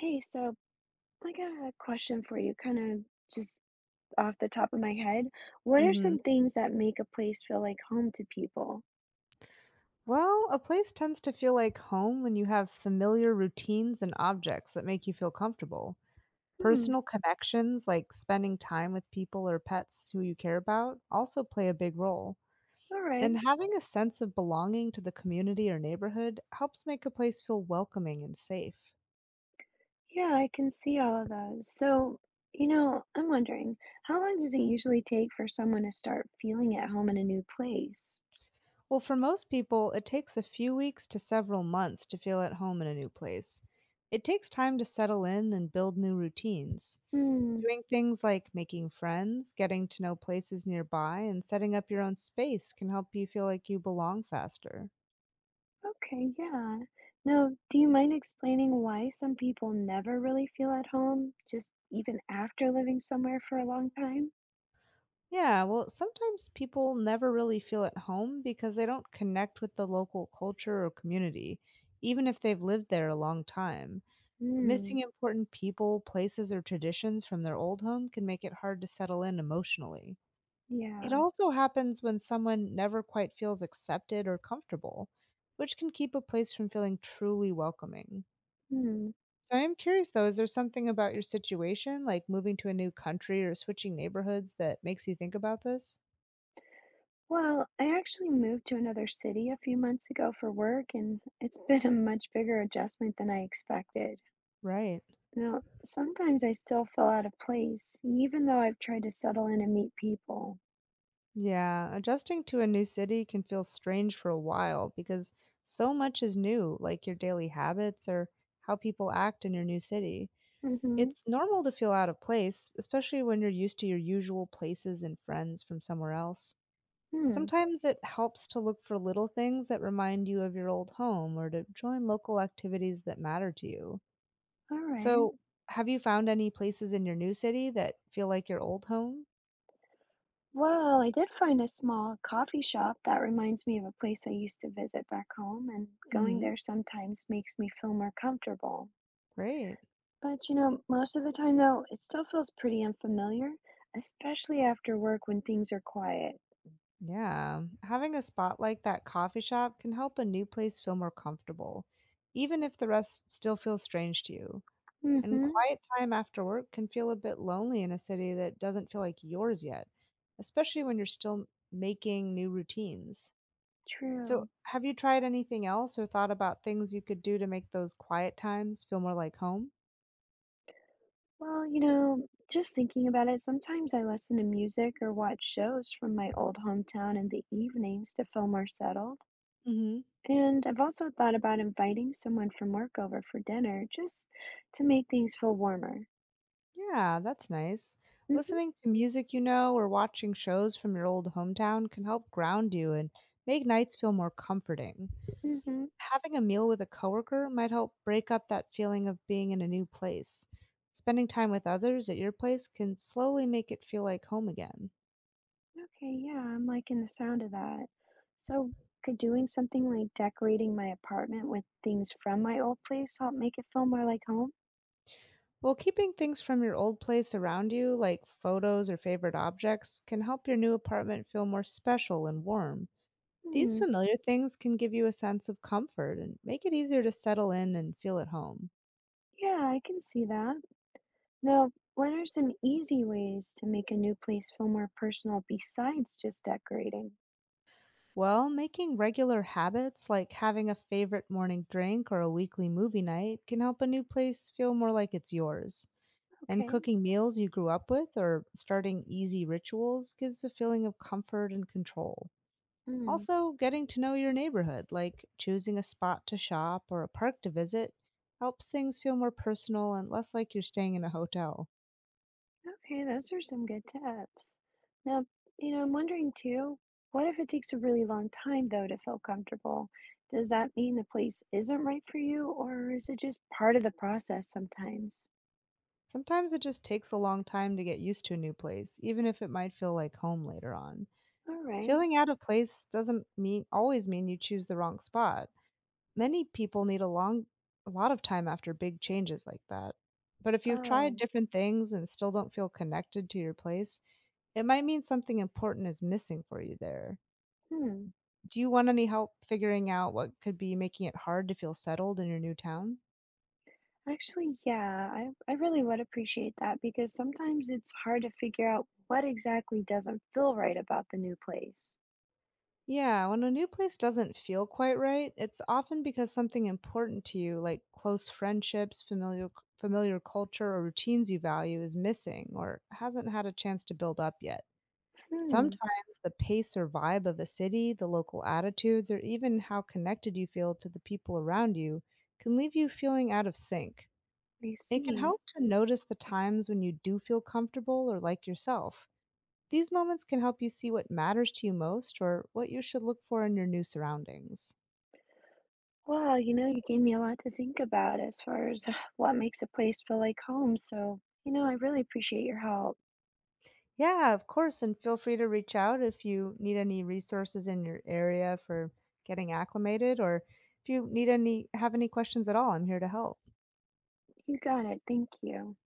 Hey, so I got a question for you, kind of just off the top of my head. What are Mhm. some things that make a place feel like home to people? Well, a place tends to feel like home when you have familiar routines and objects that make you feel comfortable. Hmm, Personal connections, like spending time with people or pets who you care about, also play a big role. all right. And having a sense of belonging to the community or neighborhood helps make a place feel welcoming and safe. Yeah, I can see all of those. So, I'm wondering, how long does it usually take for someone to start feeling at home in a new place? Well, for most people, it takes a few weeks to several months to feel at home in a new place. It takes time to settle in and build new routines. Hmm, Doing things like making friends, getting to know places nearby, and setting up your own space can help you feel like you belong faster. okay, yeah. Now, do you mind explaining why some people never really feel at home, just even after living somewhere for a long time? Yeah, well, sometimes people never really feel at home because they don't connect with the local culture or community, even if they've lived there a long time. Hmm, Missing important people, places, or traditions from their old home can make it hard to settle in emotionally. It yeah. also happens when someone never quite feels accepted or comfortable, which can keep a place from feeling truly welcoming. Hmm. So I am curious though, is there something about your situation, like moving to a new country or switching neighborhoods, that makes you think about this? Well, I actually moved to another city a few months ago for work, and it's been a much bigger adjustment than I expected. Right. Now, sometimes I still feel out of place, even though I've tried to settle in and meet people. Yeah. Adjusting to a new city can feel strange for a while because so much is new, like your daily habits or how people act in your new city. Mm-hmm. It's normal to feel out of place, especially when you're used to your usual places and friends from somewhere else. Hmm. Sometimes it helps to look for little things that remind you of your old home or to join local activities that matter to you. All right. So, have you found any places in your new city that feel like your old home? Well, I did find a small coffee shop that reminds me of a place I used to visit back home, and going Hmm. there sometimes makes me feel more comfortable. Great. But, most of the time, though, it still feels pretty unfamiliar, especially after work when things are quiet. Yeah. Having a spot like that coffee shop can help a new place feel more comfortable, even if the rest still feels strange to you. And Mm-hmm. quiet time after work can feel a bit lonely in a city that doesn't feel like yours yet, especially when you're still making new routines. So, True. have you tried anything else or thought about things you could do to make those quiet times feel more like home? Well, just thinking about it, sometimes I listen to music or watch shows from my old hometown in the evenings to feel more settled. And I've also thought about inviting someone from work over for dinner just to make things feel warmer. Yeah, that's nice. Mm-hmm. Listening to music you know or watching shows from your old hometown can help ground you and make nights feel more comforting. Mm-hmm. Having a meal with a coworker might help break up that feeling of being in a new place. Spending time with others at your place can slowly make it feel like home again. Okay, yeah, I'm liking the sound of that. So could doing something like decorating my apartment with things from my old place help make it feel more like home? Well, keeping things from your old place around you, like photos or favorite objects, can help your new apartment feel more special and warm. These Hmm. familiar things can give you a sense of comfort and make it easier to settle in and feel at home. Yeah, I can see that. Now, what are some easy ways to make a new place feel more personal besides just decorating? Well, making regular habits like having a favorite morning drink or a weekly movie night can help a new place feel more like it's yours. And Okay. cooking meals you grew up with or starting easy rituals gives a feeling of comfort and control. Mm. Also, getting to know your neighborhood, like choosing a spot to shop or a park to visit, helps things feel more personal and less like you're staying in a hotel. Okay, those are some good tips. Now, I'm wondering too, what if it takes a really long time though to feel comfortable? Does that mean the place isn't right for you, or is it just part of the process sometimes? Sometimes it just takes a long time to get used to a new place, even if it might feel like home later on. All right. Feeling out of place doesn't mean always mean you choose the wrong spot. Many people need a lot of time after big changes like that. But if you've tried Oh, different things and still don't feel connected to your place, it might mean something important is missing for you there. hmm. Do you want any help figuring out what could be making it hard to feel settled in your new town? Actually, yeah, I really would appreciate that because sometimes it's hard to figure out what exactly doesn't feel right about the new place. Yeah, when a new place doesn't feel quite right, it's often because something important to you, like close friendships, familiar culture, or routines you value is missing or hasn't had a chance to build up yet. Hmm, Sometimes the pace or vibe of a city, the local attitudes, or even how connected you feel to the people around you can leave you feeling out of sync. I It can see. help to notice the times when you do feel comfortable or like yourself, these moments can help you see what matters to you most or what you should look for in your new surroundings. Well, you know, you gave me a lot to think about as far as what makes a place feel like home, so, you know, I really appreciate your help. Yeah, of course, and feel free to reach out if you need any resources in your area for getting acclimated or if you need any have any questions at all, I'm here to help. You got it. Thank you.